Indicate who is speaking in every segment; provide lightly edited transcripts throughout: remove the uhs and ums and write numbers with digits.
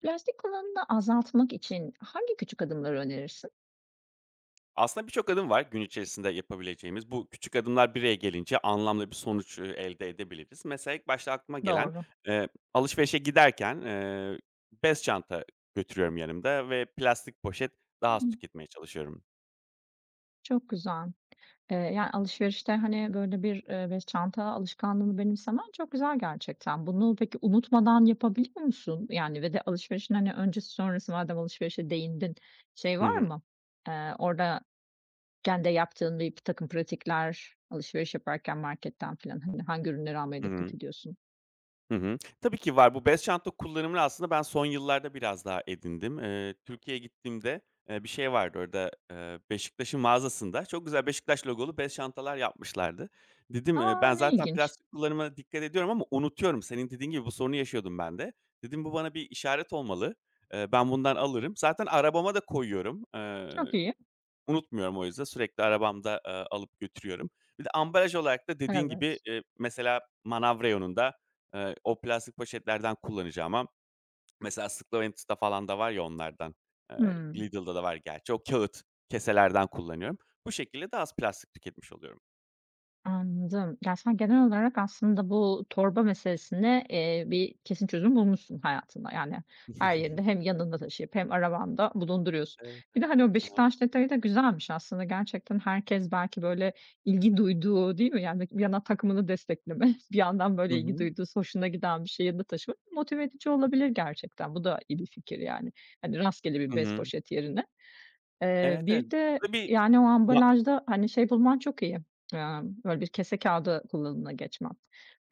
Speaker 1: Plastik kullanımını azaltmak için hangi küçük adımları önerirsin?
Speaker 2: Aslında birçok adım var gün içerisinde yapabileceğimiz. Bu küçük adımlar bir araya gelince anlamlı bir sonuç, elde edebiliriz. Mesela ilk başta aklıma gelen,
Speaker 1: Doğru.
Speaker 2: eee, alışverişe giderken, bez çanta götürüyorum yanımda ve plastik poşet daha az
Speaker 1: Hımm,
Speaker 2: tüketmeye çalışıyorum.
Speaker 1: çok güzel. Yani,
Speaker 2: Hı hı.
Speaker 1: alışverişte, hani, böyle, bir, bez çanta alışkanlığını benimsemen çok güzel gerçekten. Bunu peki unutmadan yapabiliyor musun? Yani, ve de alışverişin, hani, öncesi sonrası madem alışverişe değindin, şey
Speaker 2: Hı
Speaker 1: var
Speaker 2: hı.
Speaker 1: mı? Orada kendi yaptığın bir takım pratikler, alışveriş yaparken marketten filan, hani, hangi ürünleri almaya
Speaker 2: Hı hı.
Speaker 1: dikkat ediyorsun?
Speaker 2: Hı hı. Tabii ki var. Bu bez çanta kullanımını aslında ben son yıllarda biraz daha edindim. Türkiye'ye gittiğimde, bir şey vardı orada, Beşiktaş'ın mağazasında çok güzel Beşiktaş logolu bez çantalar yapmışlardı. Dedim,
Speaker 1: Aa,
Speaker 2: ben
Speaker 1: ne
Speaker 2: zaten
Speaker 1: ilginç.
Speaker 2: plastik kullanıma dikkat ediyorum ama unutuyorum. Senin dediğin gibi bu sorunu yaşıyordum ben de. Dedim bu bana bir işaret olmalı. Ben bundan alırım. Zaten arabama da koyuyorum.
Speaker 1: Çok iyi.
Speaker 2: Unutmuyorum o yüzden. Sürekli arabamda, alıp götürüyorum. Bir de ambalaj olarak da dediğin gibi,
Speaker 1: Evet.
Speaker 2: mesela manav reyonunda, o plastik poşetlerden kullanacağıma mesela Slovenits'te falan da var ya onlardan.
Speaker 1: Hıı.
Speaker 2: Lidl'da da var gerçi. O kağıt keselerden kullanıyorum. Bu şekilde daha az plastik tüketmiş oluyorum.
Speaker 1: Anladım. Ya, sen genel olarak aslında bu torba meselesine, bir kesin çözüm bulmuşsun hayatında. Yani her yerinde hem yanında taşıyıp hem arabanda bulunduruyorsun.
Speaker 2: Evet,
Speaker 1: Bir de,
Speaker 2: evet.
Speaker 1: hani, o
Speaker 2: Hı hı.
Speaker 1: Beşiktaş detayı da güzelmiş aslında. Gerçekten herkes belki, böyle, ilgi duyduğu, değil mi? Yani bir yana takımını destekleme, bir yandan,
Speaker 2: Hı
Speaker 1: böyle, ilgi
Speaker 2: hı.
Speaker 1: duyduğu, hoşuna giden bir şeyi yanında taşımak motive edici olabilir gerçekten. Bu da iyi bir fikir yani. Hani, rastgele bir
Speaker 2: Hı
Speaker 1: bez
Speaker 2: hı.
Speaker 1: poşet yerine. Eee,
Speaker 2: Evet, evet.
Speaker 1: bir de,
Speaker 2: Burada bir
Speaker 1: yani, o
Speaker 2: ma
Speaker 1: ambalajda, hani, şey bulman çok iyi, böyle bir kese kağıdı kullanımına geçmen.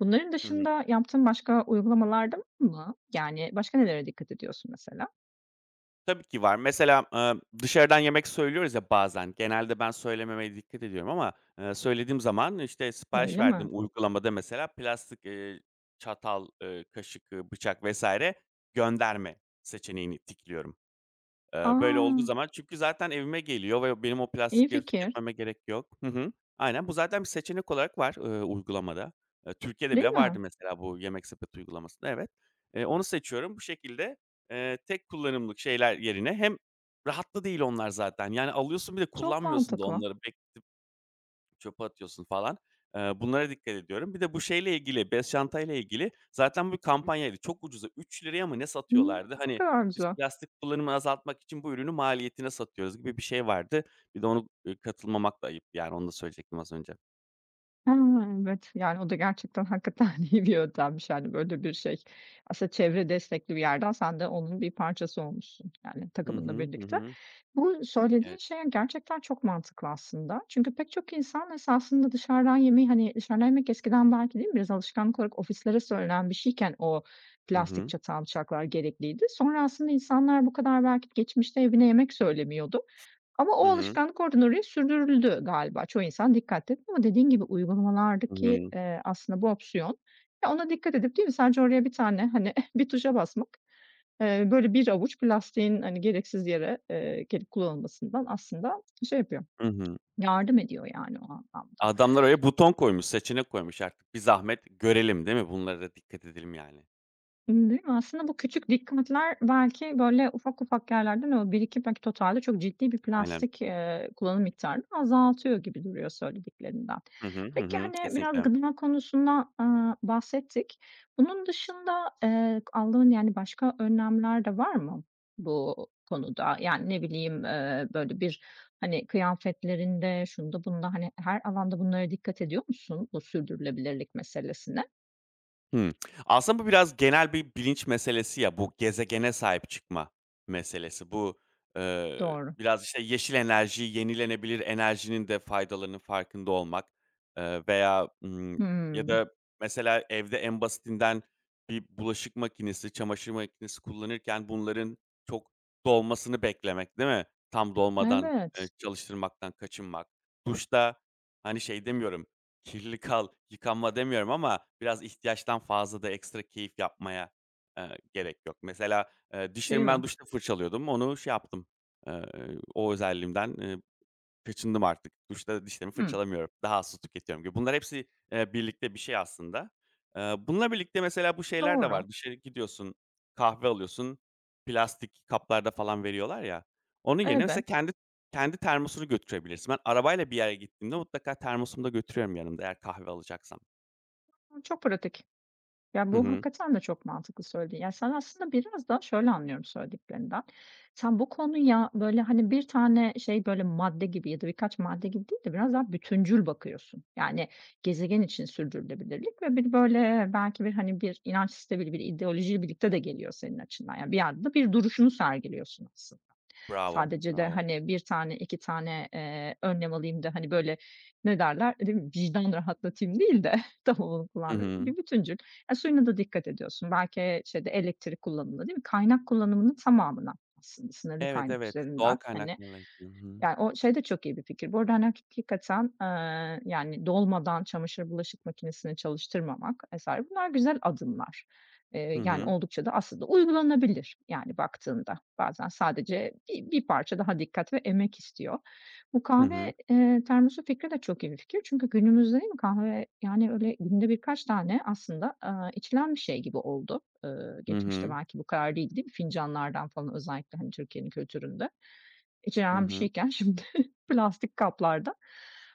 Speaker 1: Bunların
Speaker 2: Hı.
Speaker 1: dışında yaptığın başka uygulamalar mı? Yani, başka nelere dikkat ediyorsun mesela?
Speaker 2: Tabii ki var. Mesela, dışarıdan yemek söylüyoruz ya bazen. Genelde ben söylememeye dikkat ediyorum ama, söylediğim zaman, işte, sipariş
Speaker 1: Öyle
Speaker 2: verdiğim
Speaker 1: mi?
Speaker 2: uygulamada mesela plastik, çatal, kaşık, bıçak vesaire gönderme seçeneğini tikliyorum.
Speaker 1: A!
Speaker 2: Böyle olduğu zaman çünkü zaten evime geliyor ve benim o
Speaker 1: İyi
Speaker 2: plastikleri
Speaker 1: fikir,
Speaker 2: tüketmeme gerek yok. Hı hı. Aynen, bu zaten bir seçenek olarak var, uygulamada. Türkiye'de
Speaker 1: değil
Speaker 2: bile vardı
Speaker 1: mi?
Speaker 2: mesela bu yemek sepeti uygulamasında, evet. Onu seçiyorum. Bu şekilde, tek kullanımlık şeyler yerine hem rahatlı değil onlar zaten. Yani alıyorsun bir de
Speaker 1: Çok
Speaker 2: kullanmıyorsun da
Speaker 1: mantıklı.
Speaker 2: onları. Çöpe atıyorsun falan. Bunlara dikkat ediyorum. Bir de bu şeyle ilgili, bez çantayla ilgili zaten bu bir kampanyaydı. Çok ucuza 3 liraya mı ne
Speaker 1: Hımm,
Speaker 2: satıyorlardı?
Speaker 1: ne
Speaker 2: Hani,
Speaker 1: kadar
Speaker 2: "Biz
Speaker 1: güzel.
Speaker 2: plastik kullanımı azaltmak için bu ürünü maliyetine satıyoruz." gibi bir şey vardı. Bir de onu, katılmamak da ayıp yani. Onu da söyleyecektim az önce.
Speaker 1: Ha, evet. Yani, o da gerçekten hakikaten iyi bir yöntemmiş, yani, böyle bir şey. Aslında çevre destekli bir yerden sen de onun bir parçası olmuşsun, yani,
Speaker 2: Hı
Speaker 1: takımınla
Speaker 2: hı. Hı
Speaker 1: birlikte.
Speaker 2: hı.
Speaker 1: Bu söylediğin
Speaker 2: Evet.
Speaker 1: şey gerçekten çok mantıklı aslında. Çünkü pek çok insan esasında dışarıdan yemeği, hani, dışarıdan yemek eskiden belki değil mi biraz alışkanlık olarak ofislere söylenen bir şeyken o
Speaker 2: Hı
Speaker 1: plastik
Speaker 2: hı.
Speaker 1: çatal, bıçaklar gerekliydi. Sonra aslında insanlar bu kadar belki geçmişte evine yemek söylemiyordu. Ama
Speaker 2: Hı
Speaker 1: o
Speaker 2: hı.
Speaker 1: alışkanlık oradan oraya sürdürüldü galiba. Çoğu insan dikkat etti ama dediğin gibi
Speaker 2: Hı
Speaker 1: uygulamalardaki,
Speaker 2: hı.
Speaker 1: aslında bu opsiyon, ya, ona dikkat edip değil mi sadece oraya bir tane, hani, bir tuşa basmak, böyle bir avuç plastiğin, hani, gereksiz yere, gelip kullanılmasından aslında şey yapıyor,
Speaker 2: Hı hı.
Speaker 1: yardım ediyor yani o anlamda.
Speaker 2: Adamlar öyle buton koymuş, seçenek koymuş artık. Bir zahmet görelim, değil mi? Bunlara da dikkat edelim yani.
Speaker 1: Değil mi? Aslında bu küçük dikkatler belki, böyle, ufak ufak yerlerden ama birikip belki totalde çok ciddi bir
Speaker 2: Aynen.
Speaker 1: plastik, kullanım miktarını azaltıyor gibi duruyor söylediklerinden.
Speaker 2: Hı hı. Hı
Speaker 1: Peki,
Speaker 2: hı.
Speaker 1: hani, biraz
Speaker 2: Kesinlikle.
Speaker 1: gıda konusunda, aaa, bahsettik. Bunun dışında, aldığın, yani, başka önlemler de var mı bu konuda? Yani, ne bileyim, böyle, bir, hani, kıyafetlerinde, şunda bunda, hani, her alanda bunlara dikkat ediyor musun bu sürdürülebilirlik meselesine?
Speaker 2: Hımm. Aslında bu biraz genel bir bilinç meselesi ya, bu gezegene sahip çıkma meselesi. Bu,
Speaker 1: Doğru.
Speaker 2: biraz, işte, yeşil enerji, yenilenebilir enerjinin de faydalarının farkında olmak, eee, veya, ımm, ya
Speaker 1: Hımm.
Speaker 2: da mesela evde en basitinden bir bulaşık makinesi, çamaşır makinesi kullanırken bunların çok dolmasını beklemek, değil mi? Tam dolmadan,
Speaker 1: Evet.
Speaker 2: çalıştırmaktan kaçınmak. Duşta, hani, şey demiyorum, kirli kal yıkanma demiyorum ama biraz ihtiyaçtan fazla da ekstra keyif yapmaya, gerek yok. Mesela,
Speaker 1: Değil
Speaker 2: dişlerimi ben
Speaker 1: mi?
Speaker 2: duşta fırçalıyordum. Onu şey yaptım, eee, o özelliğimden, kaçındım artık. Duşta dişlerimi
Speaker 1: Hımm.
Speaker 2: fırçalamıyorum. Daha az su tüketiyorum gibi. Bunlar hepsi, birlikte bir şey aslında. Bununla birlikte mesela bu şeyler de
Speaker 1: Doğru.
Speaker 2: var. Dışarı gidiyorsun, kahve alıyorsun, plastik kaplarda falan veriyorlar ya. Onun yerine mesela
Speaker 1: Evet.
Speaker 2: kendi termosunu götürebilirsin. Ben arabayla bir yere gittiğimde mutlaka termosumu da götürüyorum yanımda eğer kahve alacaksam.
Speaker 1: Çok pratik. Ya,
Speaker 2: Hı
Speaker 1: bu
Speaker 2: hı.
Speaker 1: hakikaten de çok mantıklı söylediğin. Ya, sen aslında biraz da şöyle anlıyorum söylediklerinden, sen bu konuya, böyle, hani, bir tane şey, böyle, madde gibi ya da birkaç madde gibi değil de biraz daha bütüncül bakıyorsun. Yani, gezegen için sürdürülebilirlik ve bir, böyle, belki bir, hani, bir inanç sistemiyle, bir ideolojiyle birlikte de geliyor senin açından. Yani, bir yerde de bir duruşunu sergiliyorsun aslında.
Speaker 2: Bravo,
Speaker 1: Sadece de,
Speaker 2: bravo.
Speaker 1: hani, bir tane, 2 tane, önlem alayım da, hani, böyle, ne derler, değil mi, vicdan rahatlatayım değil de tam onu
Speaker 2: Hı
Speaker 1: kullanmıyorum.
Speaker 2: hı.
Speaker 1: Bir bütüncül. E, suyuna da dikkat ediyorsun. Belki şeyde elektrik kullanımına, değil mi? Kaynak kullanımının tamamına aslında sınırlı
Speaker 2: Evet,
Speaker 1: kaynak
Speaker 2: evet. Doğal
Speaker 1: üzerinden, hani,
Speaker 2: kaynaklarla. Hı hı.
Speaker 1: yani, o şey de çok iyi bir fikir. Bu arada, hani, hakikaten, yani, dolmadan çamaşır, bulaşık makinesini çalıştırmamak eser. Bunlar güzel adımlar. Eee,
Speaker 2: Hı
Speaker 1: yani,
Speaker 2: hı.
Speaker 1: oldukça da aslında uygulanabilir, yani, baktığında. Bazen sadece bir parça daha dikkat ve emek istiyor. Bu
Speaker 2: Hı hı.
Speaker 1: kahve, termosu fikri de çok iyi bir fikir. Çünkü günümüzde, değil mi, kahve, yani, öyle günde birkaç tane aslında, aaa, içilen bir şey gibi oldu. Iıı,
Speaker 2: Hı
Speaker 1: geçmişte
Speaker 2: hı.
Speaker 1: belki bu kadar değildi, değil mi? Fincanlardan falan özellikle, hani, Türkiye'nin kültüründe
Speaker 2: Hı
Speaker 1: içilen bir
Speaker 2: hı.
Speaker 1: şeyken şimdi plastik kaplarda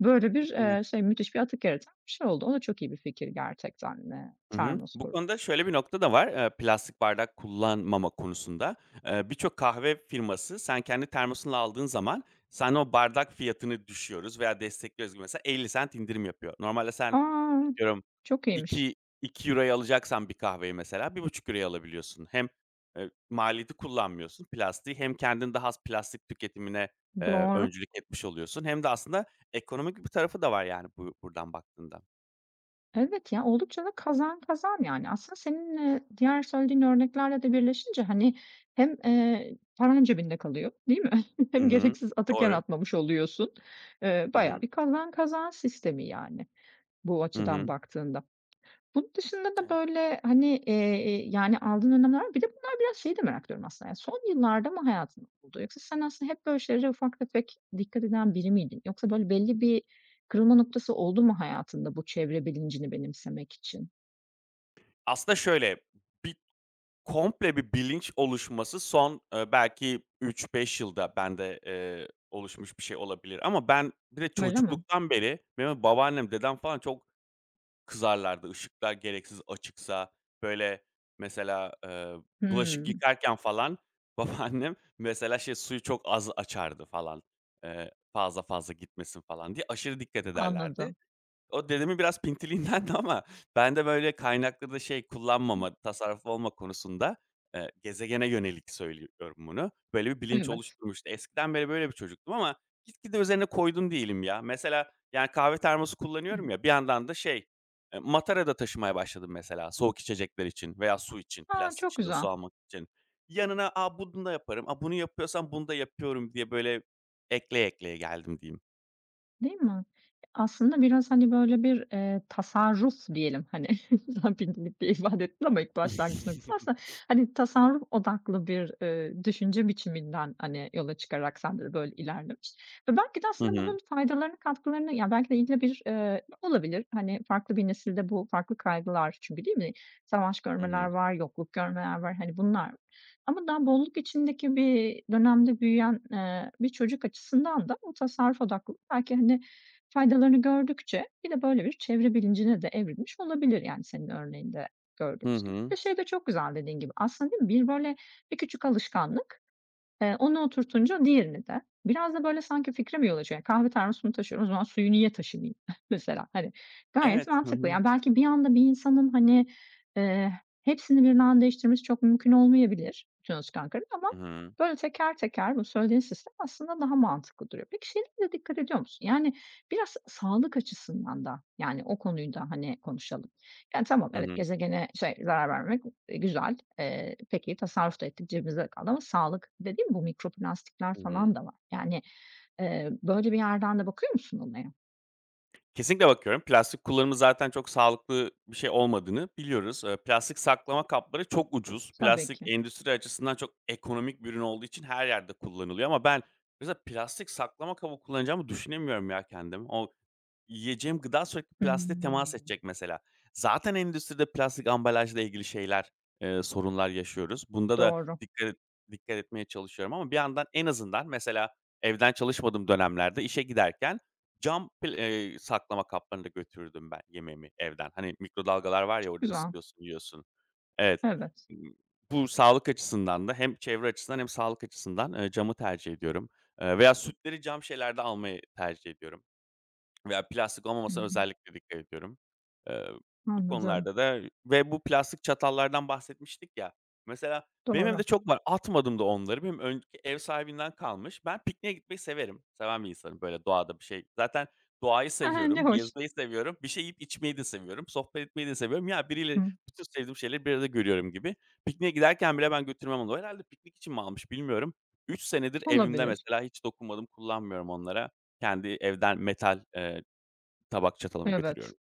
Speaker 1: böyle bir,
Speaker 2: Evet.
Speaker 1: şey, müthiş bir atık yaratan bir şey oldu. O da çok iyi bir fikir gerçekten,
Speaker 2: Hı hı.
Speaker 1: termos
Speaker 2: Bu
Speaker 1: kurmak.
Speaker 2: konuda şöyle bir nokta da var, plastik bardak kullanmama konusunda. Birçok kahve firması sen kendi termosunu aldığın zaman sen o bardak fiyatını düşüyoruz veya destekliyoruz gibi mesela 50 sent indirim yapıyor. Normalde sen
Speaker 1: A!
Speaker 2: diyorum
Speaker 1: Çok iyiymiş.
Speaker 2: iki €2'ya alacaksan bir kahveyi mesela €1,5'ya alabiliyorsun. Hem, maliyeti kullanmıyorsun plastiği hem kendin daha az plastik tüketimine,
Speaker 1: Doğru.
Speaker 2: öncülük etmiş oluyorsun hem de aslında ekonomik bir tarafı da var yani bu buradan baktığında.
Speaker 1: Evet ya, oldukça da kazan kazan yani. Aslında senin, diğer söylediğin örneklerle de birleşince, hani, hem, paran cebinde kalıyor, değil mi?
Speaker 2: Hı
Speaker 1: Hem
Speaker 2: hı.
Speaker 1: gereksiz atık
Speaker 2: Doğru.
Speaker 1: yaratmamış oluyorsun. Eee,
Speaker 2: Hı
Speaker 1: bayağı
Speaker 2: hı.
Speaker 1: bir kazan kazan sistemi yani bu
Speaker 2: Hı
Speaker 1: açıdan
Speaker 2: hı.
Speaker 1: baktığında. Bunun dışında da böyle, hani, yani, aldığın önlemler var. Bir de bunlar biraz şeyi de merak ediyorum aslında, yani, son yıllarda mı hayatında oldu yoksa sen aslında hep böyle şeylere ufak tefek dikkat eden biri miydin? Yoksa böyle belli bir kırılma noktası oldu mu hayatında bu çevre bilincini benimsemek için?
Speaker 2: Aslında şöyle, bir komple bir bilinç oluşması son, belki üç beş yılda bende, oluşmuş bir şey olabilir ama ben bir de
Speaker 1: Öyle mi?
Speaker 2: çocukluktan beri benim babaannem, dedem falan çok kızarlardı. Işıklar gereksiz açıksa, böyle, mesela, bulaşık
Speaker 1: Hımm,
Speaker 2: yıkarken falan babaannem mesela şey, suyu çok az açardı falan, fazla fazla gitmesin falan diye aşırı dikkat ederlerdi.
Speaker 1: anladım.
Speaker 2: O dedemin biraz pintiliğindendi ama ben de böyle kaynakları da şey kullanmama, tasarruf olma konusunda, gezegene yönelik söylüyorum bunu. Böyle bir bilinç
Speaker 1: Evet.
Speaker 2: oluşturmuştu. Eskiden beri böyle bir çocuktum ama gitgide üzerine koydum diyelim ya. Mesela, yani, kahve termosu
Speaker 1: Hımm.
Speaker 2: kullanıyorum ya, bir yandan da şey, matara da taşımaya başladım mesela soğuk içecekler için veya su için,
Speaker 1: A,
Speaker 2: plastik
Speaker 1: çok
Speaker 2: şişede su
Speaker 1: güzel.
Speaker 2: almak için. Yanına, "A, bunu da yaparım. A, bunu yapıyorsam bunu da yapıyorum." diye böyle ekleye ekleye geldim diyeyim.
Speaker 1: Değil mi? Aslında biraz, hani, böyle bir, tasarruf diyelim, hani, sen "pintilik" diye ifade ettin ama ilk başlangıç noktası aslında, hani, tasarruf odaklı bir, düşünce biçiminden, hani, yola çıkarak sende de böyle ilerlemiş ve belki de
Speaker 2: Hı
Speaker 1: aslında
Speaker 2: hı.
Speaker 1: bunun faydalarını, katkılarını, ya, belki de yine bir, olabilir, hani, farklı bir nesilde bu farklı kaygılar çünkü değil mi? Savaş
Speaker 2: Hı
Speaker 1: görmeler
Speaker 2: hı.
Speaker 1: var, yokluk görmeler var, hani, bunlar ama daha bolluk içindeki bir dönemde büyüyen, bir çocuk açısından da bu tasarruf odaklı belki, hani, faydalarını gördükçe bir de böyle bir çevre bilincine de evrilmiş olabilir, yani, senin örneğinde
Speaker 2: Hı
Speaker 1: gördüğümüz gibi.
Speaker 2: hı.
Speaker 1: Bir de şey de çok güzel dediğin gibi aslında, değil mi? Bir böyle bir küçük alışkanlık. Onu oturtunca diğerini de. Biraz da böyle sanki fikre mi yol açıyor? Yani kahve termosunu taşıyorum, o zaman suyu niye taşımayayım mesela? Hani, gayet
Speaker 2: Evet. Hı
Speaker 1: mantıklı.
Speaker 2: hı.
Speaker 1: Yani, belki bir anda bir insanın, hani, eee, hepsini birden anda değiştirmesi çok mümkün olmayabilir bütün alışkanlıkların ama
Speaker 2: Hı hı.
Speaker 1: böyle teker teker bu söylediğin sistem aslında daha mantıklı duruyor. Peki şeylere de dikkat ediyor musun? Yani, biraz sağlık açısından da, yani, o konuyu da, hani, konuşalım. Yani, tamam,
Speaker 2: Hı
Speaker 1: evet,
Speaker 2: hı.
Speaker 1: gezegene şey, zarar vermemek, güzel. Peki, tasarruf da ettik, cebimizde de kaldı ama sağlık dediğim bu mikroplastikler
Speaker 2: Hı
Speaker 1: falan
Speaker 2: hı.
Speaker 1: da var. Yani, böyle bir yerden de bakıyor musun olaya?
Speaker 2: Kesinlikle bakıyorum. Plastik kullanımı zaten çok sağlıklı bir şey olmadığını biliyoruz. Plastik saklama kapları çok ucuz.
Speaker 1: Tabii
Speaker 2: Plastik
Speaker 1: ki.
Speaker 2: endüstri açısından çok ekonomik bir ürün olduğu için her yerde kullanılıyor ama ben mesela plastik saklama kabı kullanacağımı düşünemiyorum ya kendim. Yiyeceğim gıda sürekli plastiğe temas
Speaker 1: Hımm.
Speaker 2: edecek mesela. Zaten endüstride plastik ambalajla ilgili şeyler, sorunlar yaşıyoruz. Bunda da
Speaker 1: Doğru.
Speaker 2: dikkat etmeye çalışıyorum ama bir yandan en azından mesela evden çalışmadığım dönemlerde işe giderken cam pl saklama kaplarında götürürdüm ben yemeğimi evden. Hani mikrodalgalar var ya
Speaker 1: Çok
Speaker 2: orada
Speaker 1: güzel.
Speaker 2: ısıtıyorsun, yiyorsun. Evet.
Speaker 1: Evet.
Speaker 2: Imm, bu sağlık açısından da hem çevre açısından hem sağlık açısından, camı tercih ediyorum. Veya sütleri cam şeylerde almayı tercih ediyorum. Veya plastik olmamasına
Speaker 1: Hımm.
Speaker 2: özellikle dikkat ediyorum. Eee, bu
Speaker 1: Anladım.
Speaker 2: konularda da ve bu plastik çatallardan bahsetmiştik ya. Mesela benim evde
Speaker 1: Doğru.
Speaker 2: çok var. Atmadım da onları. Benim önceki ev sahibinden kalmış. Ben pikniğe gitmeyi severim. Seven bir insanım böyle doğada bir şey. Zaten doğayı
Speaker 1: He ne
Speaker 2: seviyorum,
Speaker 1: hoş.
Speaker 2: gezmeyi seviyorum, bir şey yiyip içmeyi de seviyorum, sohbet etmeyi de seviyorum. Ya biriyle
Speaker 1: Hı.
Speaker 2: bütün sevdiğim şeyleri bir arada görüyorum gibi. Pikniğe giderken bile ben götürmem onu. Herhalde piknik için mi almış bilmiyorum. 3 senedir evimde
Speaker 1: Olabilir.
Speaker 2: mesela hiç dokunmadım, kullanmıyorum onlara. Kendi evden metal, tabak çatalımı
Speaker 1: Evet.
Speaker 2: götürüyorum.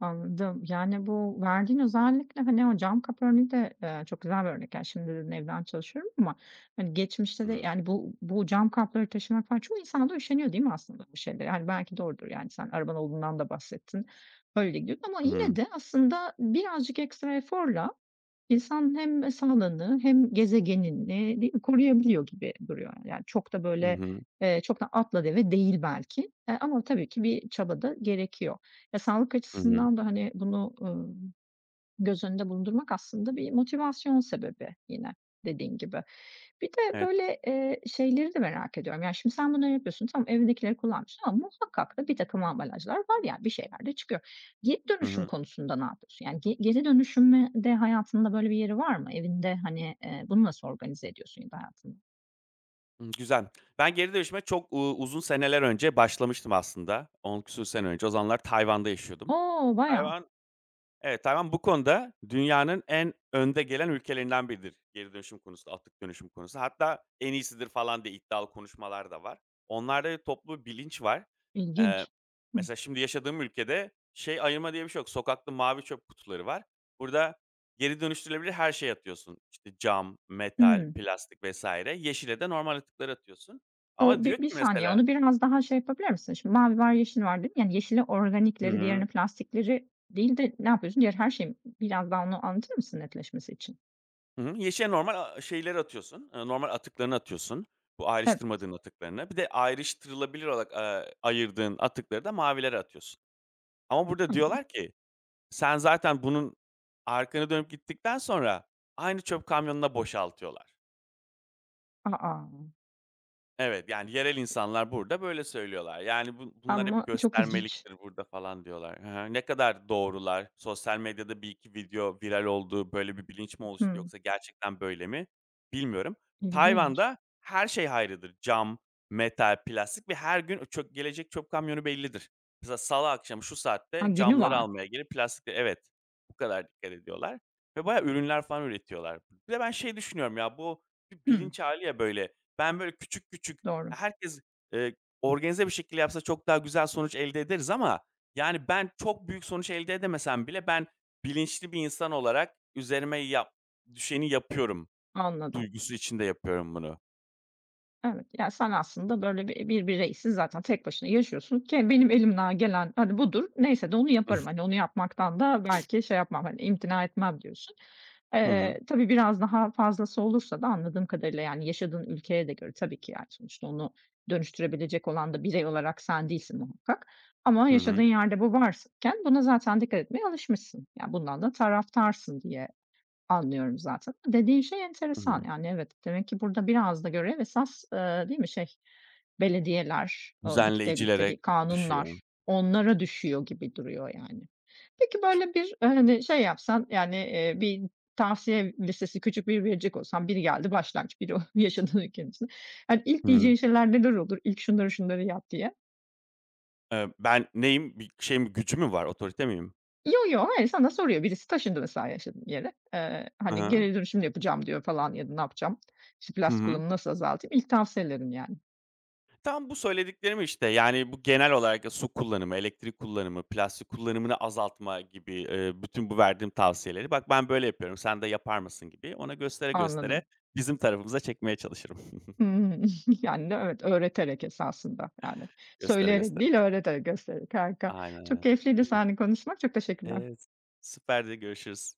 Speaker 1: Anladım. Yani, bu verdiğin özellikle, hani, o cam kap örneği de, çok güzel bir örnek. Yani, şimdi dedin evden çalışıyorum ama, hani,
Speaker 2: Hı
Speaker 1: geçmişte de,
Speaker 2: hı.
Speaker 1: yani, bu cam kapları taşımak falan çoğu insan da üşeniyor değil mi aslında bu şeylere? Yani belki doğrudur, yani, sen araban olduğundan da bahsettin. Öyle gidiyordu ama
Speaker 2: Hı
Speaker 1: yine
Speaker 2: hı.
Speaker 1: de aslında birazcık ekstra eforla İnsan hem sağlığını hem gezegenini, değil mi, koruyabiliyor gibi duruyor. Yani çok da
Speaker 2: Hı
Speaker 1: böyle,
Speaker 2: hı.
Speaker 1: çok da atla deve değil belki, ama tabii ki bir çaba da gerekiyor. Ya, sağlık
Speaker 2: Hı hı.
Speaker 1: açısından da, hani, bunu, göz önünde bulundurmak aslında bir motivasyon sebebi yine dediğin gibi. Bir de
Speaker 2: Evet.
Speaker 1: böyle, şeyleri de merak ediyorum. Yani, şimdi sen bunları yapıyorsun, tamam, evindekileri kullanmışsın ama muhakkak da bir birtakım ambalajlar var, yani, bir şeyler de çıkıyor. Geri
Speaker 2: Hı
Speaker 1: dönüşüm
Speaker 2: hı.
Speaker 1: konusunda ne yapıyorsun? Yani, geri dönüşümü de hayatında böyle bir yeri var mı? Evinde, hani, bunu nasıl organize ediyorsun ya da hayatında?
Speaker 2: Hımm, güzel. Ben geri dönüşüme çok, uzun seneler önce başlamıştım aslında. 10 küsur sene önce. O zamanlar Tayvan'da yaşıyordum.
Speaker 1: O! Bayağı
Speaker 2: Tayvan Evet, Tayvan bu konuda dünyanın en önde gelen ülkelerinden biridir geri dönüşüm konusunda, atık dönüşüm konusunda. Hatta en iyisidir falan diye iddialı konuşmalar da var. Onlarda bir toplu bilinç var. Eee,
Speaker 1: ilginç. Hı.
Speaker 2: mesela şimdi yaşadığım ülkede şey ayırma diye bir şey yok. Sokakta mavi çöp kutuları var. Burada geri dönüştürülebilir her şey atıyorsun. İşte cam, metal,
Speaker 1: Hıı.
Speaker 2: plastik vesaire. Yeşile de normal atıkları atıyorsun. Ama
Speaker 1: O
Speaker 2: diyor
Speaker 1: bi
Speaker 2: ki
Speaker 1: bir saniye,
Speaker 2: mesela
Speaker 1: onu biraz daha şey yapabilir misin? Şimdi mavi var, yeşil var dedin. Yani yeşili
Speaker 2: Hı
Speaker 1: organikleri,
Speaker 2: hı.
Speaker 1: diğerini plastikleri değil de ne yapıyorsun? Diğer her şeyi biraz daha onu anlatır mısın netleşmesi için?
Speaker 2: Hı hı. Yeşile normal, şeyleri atıyorsun, normal atıklarını atıyorsun. Bu
Speaker 1: Evet.
Speaker 2: ayrıştırmadığın atıklarını. Bir de ayrıştırılabilir olarak, ayırdığın atıkları da mavilere atıyorsun. Ama burada
Speaker 1: Hımm.
Speaker 2: diyorlar ki, sen zaten bunun arkanı dönüp gittikten sonra aynı çöp kamyonuna boşaltıyorlar.
Speaker 1: A!
Speaker 2: Evet, yani yerel insanlar burada böyle söylüyorlar. Yani bu bunlar hep
Speaker 1: Ama çok ilginç.
Speaker 2: göstermeliktir burada falan diyorlar. Hı hı. Ne kadar doğrular? Sosyal medyada bir iki video viral oldu, böyle bir bilinç mi oluştu
Speaker 1: Hımm.
Speaker 2: yoksa gerçekten böyle mi bilmiyorum.
Speaker 1: İlginç.
Speaker 2: Tayvan'da her şey hayrıdır. Cam, metal, plastik ve her gün çöp gelecek çöp kamyonu bellidir. Mesela salı akşamı şu
Speaker 1: Ha,
Speaker 2: saatte
Speaker 1: günü
Speaker 2: camları
Speaker 1: var.
Speaker 2: almaya gelip plastikleri evet bu kadar dikkat ediyorlar ve bayağı ürünler falan üretiyorlar. Bir de ben şey düşünüyorum ya bu bir
Speaker 1: Hımm.
Speaker 2: bilinç hâli ya böyle ben böyle küçük küçük
Speaker 1: Doğru.
Speaker 2: herkes, eee, organize bir şekilde yapsa çok daha güzel sonuç elde ederiz ama, yani, ben çok büyük sonuç elde edemesem bile ben bilinçli bir insan olarak üzerime yap düşeni yapıyorum.
Speaker 1: Anladım.
Speaker 2: Duygusu içinde yapıyorum bunu.
Speaker 1: Evet, ya, sen aslında böyle bir bireysin zaten tek başına yaşıyorsun ki benim elimden gelen, hani, budur. Neyse de onu yaparım. Hani, onu yapmaktan da belki şey yapmam, hani, imtina etmem diyorsun.
Speaker 2: Hı hı.
Speaker 1: Tabii biraz daha fazlası olursa da anladığım kadarıyla, yani, yaşadığın ülkeye de göre tabii ki, yani, sonuçta onu dönüştürebilecek olan da birey olarak sen değilsin muhakkak ama
Speaker 2: Hı hı.
Speaker 1: yaşadığın yerde bu varken buna zaten dikkat etmeye alışmışsın. Yani bundan da taraftarsın diye anlıyorum zaten. Dediğin şey
Speaker 2: Hı hı.
Speaker 1: enteresan, yani, evet. Demek ki burada biraz da görev esas, değil mi, şey, belediyeler, oradaki
Speaker 2: Düzenleyicilere
Speaker 1: devletteki
Speaker 2: düşüyor.
Speaker 1: kanunlar, onlara düşüyor gibi duruyor, yani. Peki, böyle bir, hani, şey yapsan, yani, bir tavsiye listesi küçük bir verecek olsan, biri geldi başlangıç, biri o yaşadığın ülkenin içinde. Hani, ilk
Speaker 2: Hı.
Speaker 1: diyeceğin şeyler neler olur? İlk şunları şunları yap diye.
Speaker 2: Ben neyim? Bir şey mi gücü mü var? Otorite miyim?
Speaker 1: Yo, yo, hayır, sana soruyor. Birisi taşındı mesela yaşadığım yere. Eee,
Speaker 2: Hı
Speaker 1: hani,
Speaker 2: hı.
Speaker 1: geri dönüşüm yapacağım diyor falan ya da ne yapacağım? İşte,
Speaker 2: Hı
Speaker 1: plastik
Speaker 2: hı.
Speaker 1: kullanımı nasıl azaltayım? İlk tavsiyelerim yani.
Speaker 2: Tam bu söylediklerim, işte, yani, bu genel olarak ya su kullanımı, elektrik kullanımı, plastik kullanımını azaltma gibi, bütün bu verdiğim tavsiyeleri, "Bak, ben böyle yapıyorum, sen de yapar mısın?" gibi ona göstere göstere
Speaker 1: Anladım.
Speaker 2: bizim tarafımıza çekmeye çalışırım.
Speaker 1: Hımm. Yani, de evet, öğreterek esasında, yani.
Speaker 2: Göstere
Speaker 1: Söyleyerek
Speaker 2: göstere.
Speaker 1: değil, öğreterek, göstererek. Harika.
Speaker 2: Aynen,
Speaker 1: Çok
Speaker 2: aynen.
Speaker 1: keyifliydi
Speaker 2: Hı.
Speaker 1: seninle konuşmak. Çok teşekkürler.
Speaker 2: Evet, süperdi. Görüşürüz.